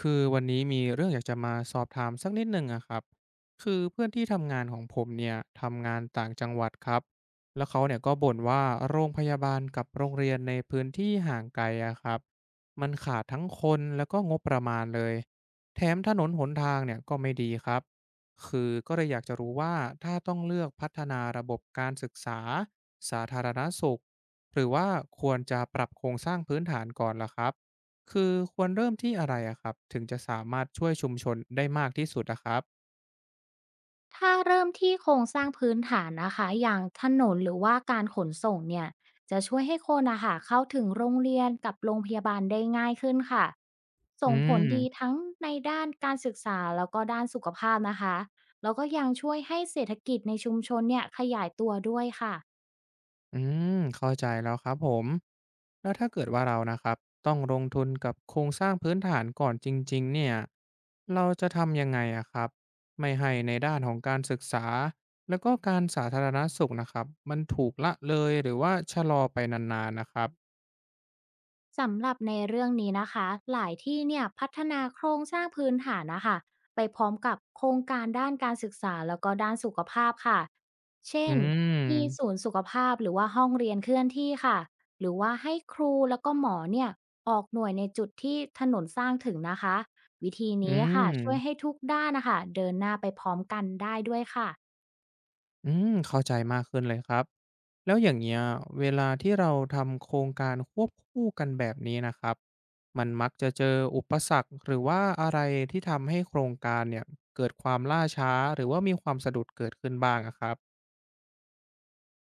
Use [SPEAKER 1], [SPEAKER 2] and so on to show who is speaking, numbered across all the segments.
[SPEAKER 1] คือวันนี้มีเรื่องอยากจะมาสอบถามสักนิดหนึ่งอะครับคือเพื่อนที่ทำงานของผมเนี่ยทำงานต่างจังหวัดครับแล้วเขาเนี่ยก็บ่นว่าโรงพยาบาลกับโรงเรียนในพื้นที่ห่างไกลอะครับมันขาดทั้งคนแล้วก็งบประมาณเลยแถมถนนหนทางเนี่ยก็ไม่ดีครับคือก็เลยอยากจะรู้ว่าถ้าต้องเลือกพัฒนาระบบการศึกษาสาธารณสุขหรือว่าควรจะปรับโครงสร้างพื้นฐานก่อนล่ะครับ คือควรเริ่มที่อะไรอะครับถึงจะสามารถช่วยชุมชนได้มากที่สุดอะครับ
[SPEAKER 2] ถ้าเริ่มที่โครงสร้างพื้นฐานนะคะอย่างถนนหรือว่าการขนส่งเนี่ยจะช่วยให้คนอะค่ะเข้าถึงโรงเรียนกับโรงพยาบาลได้ง่ายขึ้นค่ะ
[SPEAKER 1] อื
[SPEAKER 2] ส่งผลดี
[SPEAKER 1] ม
[SPEAKER 2] ทั้งในด้านการศึกษาแล้วก็ด้านสุขภาพนะคะแล้วก็ยังช่วยให้เศรษฐกิจในชุมชนเนี่ยขยายตัวด้วยค่ะ
[SPEAKER 1] อืเข้าใจแล้วครับผมแล้วถ้าเกิดว่าเรานะครับต้องลงทุนกับโครงสร้างพื้นฐานก่อนจริงๆเนี่ยเราจะทำยังไงอะครับไม่ให้ในด้านของการศึกษาแล้วก็การสาธารณสุขนะครับมันถูกละเลยหรือว่าชะลอไปนานๆนะครับ
[SPEAKER 2] สำหรับในเรื่องนี้นะคะหลายที่เนี่ยพัฒนาโครงสร้างพื้นฐานนะคะไปพร้อมกับโครงการด้านการศึกษาแล้วก็ด้านสุขภาพค่ะเช่
[SPEAKER 1] อื
[SPEAKER 2] น
[SPEAKER 1] ม
[SPEAKER 2] มีศูนย์สุขภาพหรือว่าห้องเรียนเคลื่อนที่ค่ะหรือว่าให้ครูแล้วก็หมอเนี่ยออกหน่วยในจุดที่ถนนสร้างถึงนะคะวิธี
[SPEAKER 1] อื
[SPEAKER 2] นี้ค่ะช่วย
[SPEAKER 1] ม
[SPEAKER 2] ให้ทุกด้านนะคะเดินหน้าไปพร้อมกันได้ด้วยค่ะ
[SPEAKER 1] เข้าใจมากขึ้นเลยครับแล้วอย่างเงี้ยเวลาที่เราทำโครงการควบคู่กันแบบนี้นะครับมันมักจะเจออุปสรรคหรือว่าอะไรที่ทำให้โครงการเนี่ยเกิดความล่าช้าหรือว่ามีความสะดุดเกิดขึ้นบ้างอะครับ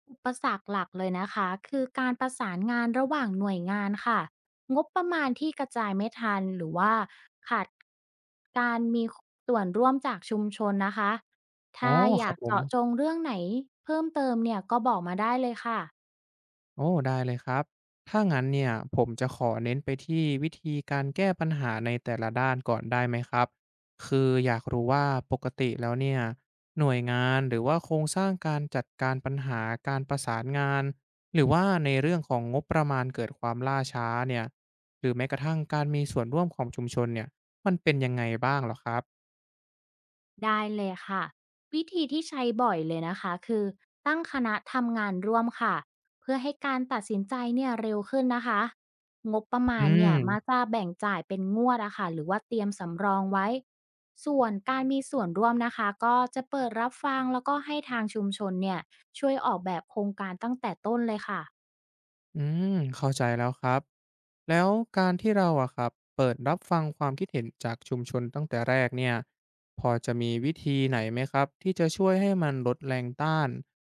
[SPEAKER 2] อุปสรรคหลักเลยนะคะคือการประสานงานระหว่างหน่วยงานค่ะงบประมาณที่กระจายไม่ทันหรือว่าขาดการมีส่วนร่วมจากชุมชนนะคะ
[SPEAKER 1] อ๋อ
[SPEAKER 2] ถ้าอ
[SPEAKER 1] ครั
[SPEAKER 2] ยา
[SPEAKER 1] บ
[SPEAKER 2] ก
[SPEAKER 1] ผม
[SPEAKER 2] เจาะจงเรื่องไหนเพิ่มเติมเนี่ยก็บอกมาได้เลยค่ะ
[SPEAKER 1] โอ้ได้เลยครับถ้างั้นเนี่ยผมจะขอเน้นไปที่วิธีการแก้ปัญหาในแต่ละด้านก่อนได้ไหมครับคืออยากรู้ว่าปกติแล้วเนี่ยหน่วยงานหรือว่าโครงสร้างการจัดการปัญหาการประสานงานหรือว่าในเรื่องของงบประมาณเกิดความล่าช้าเนี่ยหรือแม้กระทั่งการมีส่วนร่วมของชุมชนเนี่ยมันเป็นยังไงบ้างเหรอครับ
[SPEAKER 2] ได้เลยค่ะวิธีที่ใช้บ่อยเลยนะคะคือตั้งคณะทำงานร่วมค่ะเพื่อให้การตัดสินใจเนี่ยเร็วขึ้นนะคะงบประมาณ
[SPEAKER 1] อื
[SPEAKER 2] เนี่
[SPEAKER 1] ม
[SPEAKER 2] ยมาจะแบ่งจ่ายเป็นงวดอะค่ะหรือว่าเตรียมสำรองไว้ส่วนการมีส่วนร่วมนะคะก็จะเปิดรับฟังแล้วก็ให้ทางชุมชนเนี่ยช่วยออกแบบโครงการตั้งแต่ต้นเลยค่ะ
[SPEAKER 1] อืเข้าใจแล้วครับ แล้วการที่เราอะครับเปิดรับฟังความคิดเห็นจากชุมชนตั้งแต่แรกเนี่ยพอจะมีวิธีไหนไหมครับที่จะช่วยให้มันลดแรงต้าน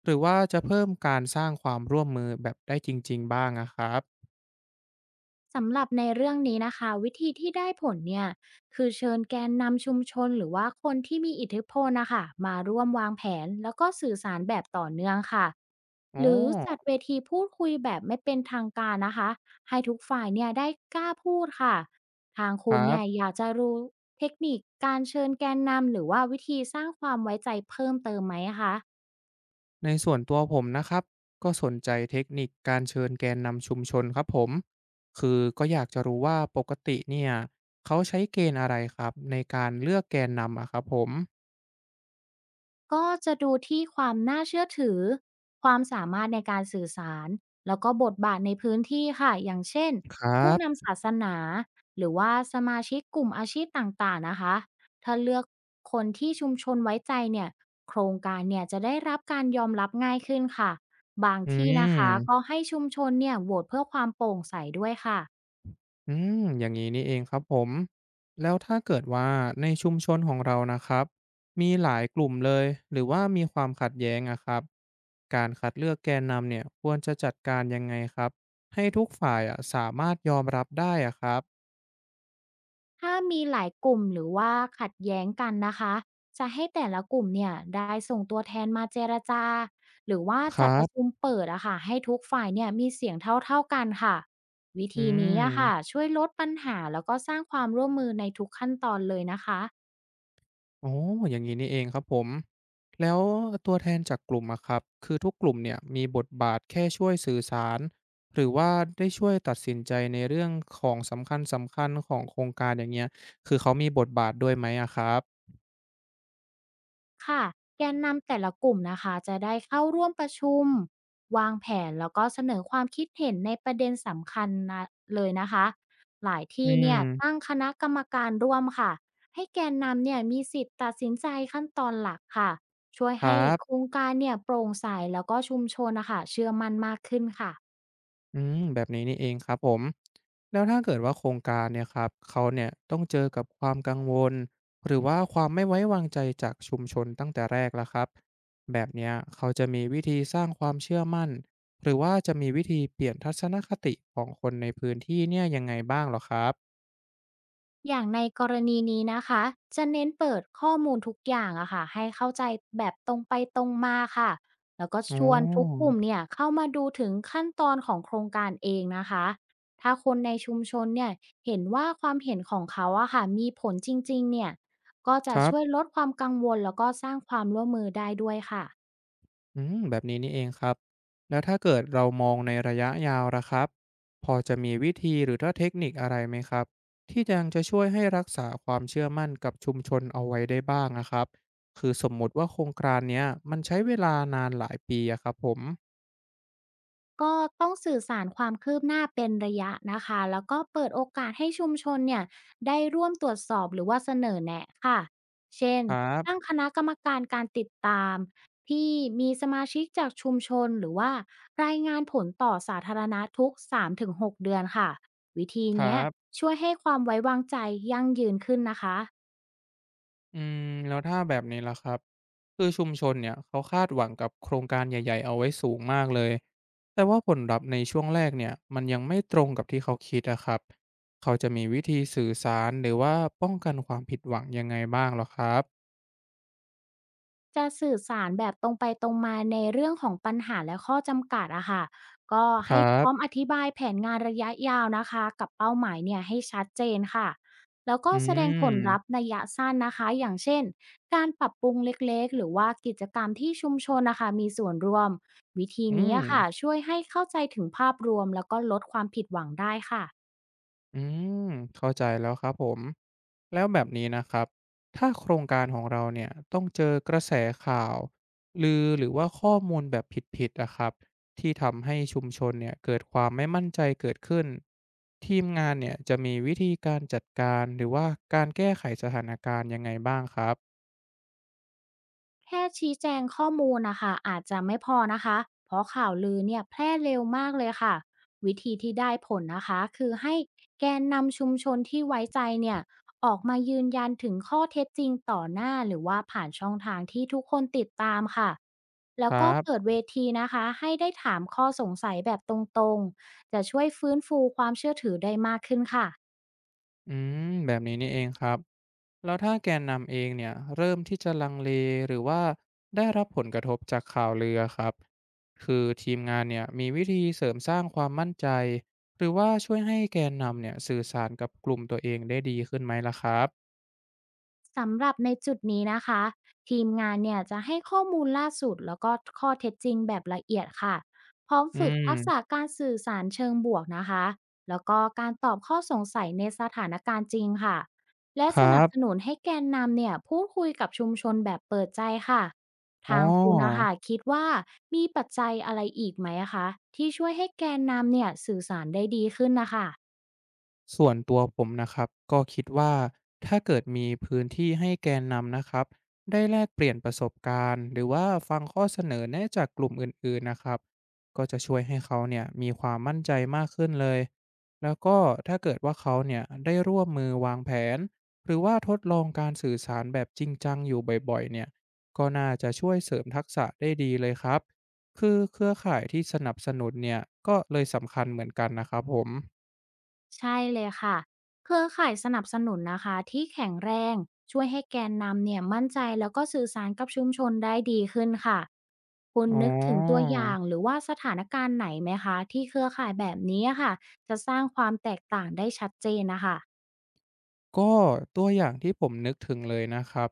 [SPEAKER 1] หรือว่าจะเพิ่มการสร้างความร่วมมือแบบได้จริงๆบ้างอะครับ
[SPEAKER 2] สำหรับในเรื่องนี้นะคะวิธีที่ได้ผลเนี่ยคือเชิญแกนนำชุมชนหรือว่าคนที่มีอิทธิพลนะคะมาร่วมวางแผนแล้วก็สื่อสารแบบต่อเนื่องค่ะ
[SPEAKER 1] อ๋อ
[SPEAKER 2] หรือจัดเวทีพูดคุยแบบไม่เป็นทางการนะคะให้ทุกฝ่ายเนี่ยได้กล้าพูดค่ะทาง
[SPEAKER 1] ค
[SPEAKER 2] คุณ
[SPEAKER 1] รั
[SPEAKER 2] เนี่ยอ
[SPEAKER 1] บ
[SPEAKER 2] ยากจะรู้เทคนิคการเชิญแกนนำหรือว่าวิธีสร้างความไว้ใจเพิ่มเติมไหมคะ
[SPEAKER 1] ในส่วนตัวผมนะครับก็สนใจเทคนิคการเชิญแกนนำชุมชนครับผมคือก็อยากจะรู้ว่าปกติเนี่ยเขาใช้เกณฑ์อะไรครับในการเลือกแกนนำอะครับผม
[SPEAKER 2] ก็จะดูที่ความน่าเชื่อถือ ความสามารถในการสื่อสาร แล้วก็บทบาทในพื้นที่ค่ะ อย่างเช่น
[SPEAKER 1] ครั
[SPEAKER 2] ผู้
[SPEAKER 1] บ
[SPEAKER 2] นำศาสนา หรือว่าสมาชิกกลุ่มอาชีพต่างๆนะคะ ถ้าเลือกคนที่ชุมชนไว้ใจเนี่ยโครงการเนี่ยจะได้รับการยอมรับง่ายขึ้นค่ะ บาง
[SPEAKER 1] อื
[SPEAKER 2] ที่นะคะก็
[SPEAKER 1] ม
[SPEAKER 2] ให้ชุมชนเนี่ยโหวตเพื่อความโปร่งใสด้วยค่ะ
[SPEAKER 1] อย่างนี้นี่เองครับผม แล้วถ้าเกิดว่าในชุมชนของเรานะครับ มีหลายกลุ่มเลยหรือว่ามีความขัดแย้งอะครับ การคัดเลือกแกนนำเนี่ยควรจะจัดการยังไงครับ ให้ทุกฝ่ายอะสามารถยอมรับได้อะครับ
[SPEAKER 2] ถ้ามีหลายกลุ่มหรือว่าขัดแย้งกันนะคะจะให้แต่ละกลุ่มเนี่ยได้ส่งตัวแทนมาเจรจาหรือว่า
[SPEAKER 1] ค
[SPEAKER 2] จัด
[SPEAKER 1] รั
[SPEAKER 2] ประชุ
[SPEAKER 1] บ
[SPEAKER 2] มเปิดอะค่ะให้ทุกฝ่ายเนี่ยมีเสียงเท่าๆกันค่ะวิ
[SPEAKER 1] อื
[SPEAKER 2] ธีนี้อะค่ะ
[SPEAKER 1] ม
[SPEAKER 2] ช่วยลดปัญหาแล้วก็สร้างความร่วมมือในทุกขั้นตอนเลยนะคะ
[SPEAKER 1] อ๋ออย่างงี้นี่เองครับผมแล้วตัวแทนจากกลุ่มอะครับคือทุกกลุ่มเนี่ยมีบทบาทแค่ช่วยสื่อสารหรือว่าได้ช่วยตัดสินใจในเรื่องของสำคัญสำคัญของโครงการอย่างเงี้ยคือเขามีบทบาทด้วยไหมอะครับ
[SPEAKER 2] ค่ะแกนนำแต่ละกลุ่มนะคะจะได้เข้าร่วมประชุมวางแผนแล้วก็เสนอความคิดเห็นในประเด็นสำคัญนะเลยนะคะหลาย
[SPEAKER 1] อื
[SPEAKER 2] ที่เนี่ย
[SPEAKER 1] ม
[SPEAKER 2] ตั้งคณะกรรมการร่วมค่ะให้แกนนำเนี่ยมีสิทธิ์ตัดสินใจขั้นตอนหลักค่ะช่วย
[SPEAKER 1] ครั
[SPEAKER 2] ให้โค
[SPEAKER 1] บ
[SPEAKER 2] รงการเนี่ยโปร่งใสแล้วก็ชุมชนนะคะเชื่อมั่นมากขึ้นค่ะ
[SPEAKER 1] อืมแบบนี้นี่เองครับผมแล้วถ้าเกิดว่าโครงการเนี่ยครับเขาเนี่ยต้องเจอกับความกังวลหรือว่าความไม่ไว้วางใจจากชุมชนตั้งแต่แรกแล้วครับแบบเนี้ยเขาจะมีวิธีสร้างความเชื่อมั่นหรือว่าจะมีวิธีเปลี่ยนทัศนคติของคนในพื้นที่เนี่ยยังไงบ้างเหรอครับ
[SPEAKER 2] อย่างในกรณีนี้นะคะจะเน้นเปิดข้อมูลทุกอย่างอะค่ะให้เข้าใจแบบตรงไปตรงมาค่ะแล้วก็
[SPEAKER 1] อ๋
[SPEAKER 2] ช
[SPEAKER 1] อ
[SPEAKER 2] วนทุกกลุ่มเนี่ยเข้ามาดูถึงขั้นตอนของโครงการเองนะคะถ้าคนในชุมชนเนี่ยเห็นว่าความเห็นของเขาอะค่ะมีผลจริงๆเนี่ยก็
[SPEAKER 1] ค
[SPEAKER 2] จะ
[SPEAKER 1] รั
[SPEAKER 2] ช่วย
[SPEAKER 1] บ
[SPEAKER 2] ลดความกังวลแล้วก็สร้างความร่วมมือได้ด้วยค่ะ
[SPEAKER 1] อืมแบบนี้นี่เองครับแล้วถ้าเกิดเรามองในระยะยาวล่ะครับพอจะมีวิธีหรือว่าเทคนิคอะไรไหมครับที่ยังจะช่วยให้รักษาความเชื่อมั่นกับชุมชนเอาไว้ได้บ้างนะครับคือสมมุติว่าโครงการเนี้ยมันใช้เวลานานหลายปีอะครับผม
[SPEAKER 2] ก็ต้องสื่อสารความคืบหน้าเป็นระยะนะคะแล้วก็เปิดโอกาสให้ชุมชนเนี่ยได้ร่วมตรวจสอบหรือว่าเสนอแนะค่ะเช่น
[SPEAKER 1] ครั
[SPEAKER 2] ตั้ง
[SPEAKER 1] บ
[SPEAKER 2] คณะกรรมการการติดตามที่มีสมาชิกจากชุมชนหรือว่ารายงานผลต่อสาธารณะทุก3-6เดือนค่ะวิธี
[SPEAKER 1] ครั
[SPEAKER 2] เนี้ย
[SPEAKER 1] บ
[SPEAKER 2] ช่วยให้ความไว้วางใจยั่งยืนขึ้นนะคะ
[SPEAKER 1] อืมแล้วถ้าแบบนี้ล่ะครับคือชุมชนเนี่ยเขาคาดหวังกับโครงการใหญ่ๆเอาไว้สูงมากเลยแต่ว่าผลลัพธ์ในช่วงแรกเนี่ยมันยังไม่ตรงกับที่เขาคิดอะครับเขาจะมีวิธีสื่อสารหรือว่าป้องกันความผิดหวังยังไงบ้างเหรอครับ
[SPEAKER 2] จะสื่อสารแบบตรงไปตรงมาในเรื่องของปัญหาและข้อจำกัดอะค่ะก็
[SPEAKER 1] ค
[SPEAKER 2] ให้
[SPEAKER 1] รั
[SPEAKER 2] พร้อมอ
[SPEAKER 1] บ
[SPEAKER 2] ธิบายแผนงานระยะยาวนะคะกับเป้าหมายเนี่ยให้ชัดเจนค่ะแล้วก็
[SPEAKER 1] อื
[SPEAKER 2] แสดงผลลัพธ์
[SPEAKER 1] ม
[SPEAKER 2] ระยะสั้นนะคะอย่างเช่นการปรับปรุงเล็กๆหรือว่ากิจกรรมที่ชุมชนนะคะมีส่วนร่วมวิธี
[SPEAKER 1] อื
[SPEAKER 2] นี้อะค่ะ
[SPEAKER 1] ม
[SPEAKER 2] ช่วยให้เข้าใจถึงภาพรวมแล้วก็ลดความผิดหวังได้ค่ะ
[SPEAKER 1] อืมเข้าใจแล้วครับผมแล้วแบบนี้นะครับถ้าโครงการของเราเนี่ยต้องเจอกระแสข่าวลือหรือว่าข้อมูลแบบผิดๆนะครับที่ทำให้ชุมชนเนี่ยเกิดความไม่มั่นใจเกิดขึ้นทีมงานเนี่ยจะมีวิธีการจัดการหรือว่าการแก้ไขสถานการณ์ยังไงบ้างครับ
[SPEAKER 2] แค่ชี้แจงข้อมูลนะคะอาจจะไม่พอนะคะเพราะข่าวลือเนี่ยแพร่เร็วมากเลยค่ะวิธีที่ได้ผลนะคะคือให้แกนนำชุมชนที่ไว้ใจเนี่ยออกมายืนยันถึงข้อเท็จจริงต่อหน้าหรือว่าผ่านช่องทางที่ทุกคนติดตามค่ะแล้
[SPEAKER 1] ค
[SPEAKER 2] ว
[SPEAKER 1] รั
[SPEAKER 2] ก็เปิด
[SPEAKER 1] บ
[SPEAKER 2] เวทีนะคะให้ได้ถามข้อสงสัยแบบตรงๆจะช่วยฟื้นฟูความเชื่อถือได้มากขึ้นค่ะ
[SPEAKER 1] อืมแบบนี้นี่เองครับ แล้วถ้าแกนนำเองเนี่ยเริ่มที่จะลังเลหรือว่าได้รับผลกระทบจากข่าวลือครับคือทีมงานเนี่ยมีวิธีเสริมสร้างความมั่นใจหรือว่าช่วยให้แกนนำเนี่ยสื่อสารกับกลุ่มตัวเองได้ดีขึ้นไหมล่ะครับ
[SPEAKER 2] สำหรับในจุดนี้นะคะทีมงานเนี่ยจะให้ข้อมูลล่าสุดแล้วก็ข้อเท็จจริงแบบละเอียดค่ะพร้อม
[SPEAKER 1] อื
[SPEAKER 2] ฝึกทักษะ
[SPEAKER 1] ม
[SPEAKER 2] การสื่อสารเชิงบวกนะคะแล้วก็การตอบข้อสงสัยในสถานการณ์จริงค่ะและ
[SPEAKER 1] ค
[SPEAKER 2] ส
[SPEAKER 1] รั
[SPEAKER 2] นับสนุ
[SPEAKER 1] บ
[SPEAKER 2] นให้แกนนำเนี่ยพูดคุยกับชุมชนแบบเปิดใจค่ะ
[SPEAKER 1] อ๋
[SPEAKER 2] ทางคุณนะ
[SPEAKER 1] อ
[SPEAKER 2] คะคิดว่ามีปัจจัยอะไรอีกไหมคะที่ช่วยให้แกนนำเนี่ยสื่อสารได้ดีขึ้นนะคะ
[SPEAKER 1] ส่วนตัวผมนะครับก็คิดว่าถ้าเกิดมีพื้นที่ให้แกนนำนะครับได้แลกเปลี่ยนประสบการณ์หรือว่าฟังข้อเสนอแนะจากกลุ่มอื่นๆนะครับก็จะช่วยให้เขาเนี่ยมีความมั่นใจมากขึ้นเลยแล้วก็ถ้าเกิดว่าเขาเนี่ยได้ร่วมมือวางแผนหรือว่าทดลองการสื่อสารแบบจริงจังอยู่บ่อยๆเนี่ยก็น่าจะช่วยเสริมทักษะได้ดีเลยครับคือเครือข่ายที่สนับสนุนเนี่ยก็เลยสำคัญเหมือนกันนะครับผม
[SPEAKER 2] ใช่เลยค่ะเครือข่ายสนับสนุนนะคะที่แข็งแรงช่วยให้แกนนำเนี่ยมั่นใจแล้วก็สื่อสารกับชุมชนได้ดีขึ้นค่ะคุณ
[SPEAKER 1] อ๋อ
[SPEAKER 2] นึกถึงตัวอย่างหรือว่าสถานการณ์ไหนไหมคะที่เครือข่ายแบบนี้อะค่ะจะสร้างความแตกต่างได้ชัดเจนนะคะ
[SPEAKER 1] ก็ตัวอย่างที่ผมนึกถึงเลยนะครับ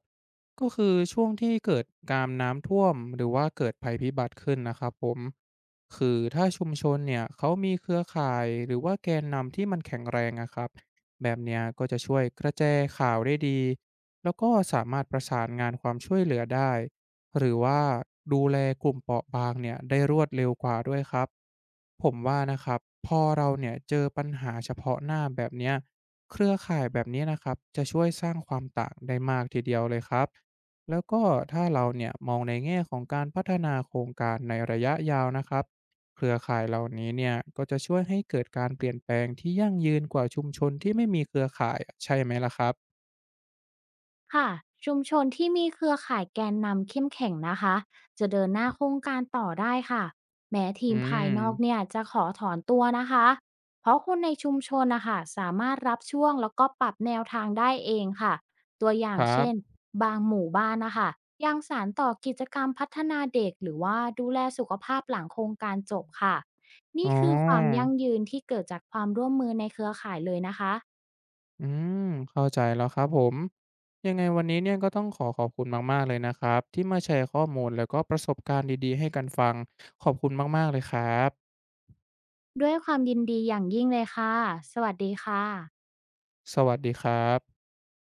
[SPEAKER 1] ก็คือช่วงที่เกิดการน้ำท่วมหรือว่าเกิดภัยพิบัติขึ้นนะครับผมคือถ้าชุมชนเนี่ยเขามีเครือข่ายหรือว่าแกนนำที่มันแข็งแรงนะครับแบบเนี้ยก็จะช่วยกระจายข่าวได้ดีแล้วก็สามารถประสานงานความช่วยเหลือได้หรือว่าดูแลกลุ่มเปราะบางเนี่ยได้รวดเร็วกว่าด้วยครับผมว่านะครับพอเราเนี่ยเจอปัญหาเฉพาะหน้าแบบเนี้ย เครือข่ายแบบนี้นะครับจะช่วยสร้างความต่างได้มากทีเดียวเลยครับแล้วก็ถ้าเราเนี่ยมองในแง่ของการพัฒนาโครงการในระยะยาวนะครับเครือข่ายเหล่านี้เนี่ยก็จะช่วยให้เกิดการเปลี่ยนแปลงที่ยั่งยืนกว่าชุมชนที่ไม่มีเครือข่ายอะใช่ไหมล่ะครับ
[SPEAKER 2] ค่ะชุมชนที่มีเครือข่ายแกนนำเข้มแข็งนะคะจะเดินหน้าโครงการต่อได้ค่ะแม้ที
[SPEAKER 1] อื
[SPEAKER 2] มภายนอก
[SPEAKER 1] ม
[SPEAKER 2] เนี่ยจะขอถอนตัวนะคะเพราะคนในชุมชนนะคะสามารถรับช่วงแล้วก็ปรับแนวทางได้เองค่ะตัวอย่า
[SPEAKER 1] ค
[SPEAKER 2] ง
[SPEAKER 1] รั
[SPEAKER 2] เช่น
[SPEAKER 1] บ
[SPEAKER 2] บางหมู่บ้านนะคะยังสารต่อกิจกรรมพัฒนาเด็กหรือว่าดูแลสุขภาพหลังโครงการจบค่ะ
[SPEAKER 1] อ๋
[SPEAKER 2] นี่คือความ
[SPEAKER 1] อ
[SPEAKER 2] ยั่งยืนที่เกิดจากความร่วมมือในเครือข่ายเลยนะคะ
[SPEAKER 1] อืมเข้าใจแล้วครับผมยังไงวันนี้เนี่ยก็ต้องขอขอบคุณมากๆเลยนะครับที่มาแชร์ข้อมูลแล้วก็ประสบการณ์ดีๆให้กันฟังขอบคุณมากๆเลยครับ
[SPEAKER 2] ด้วยความยินดีอย่างยิ่งเลยค่ะ สวัสดีค่ะ
[SPEAKER 1] สวัสดีครับ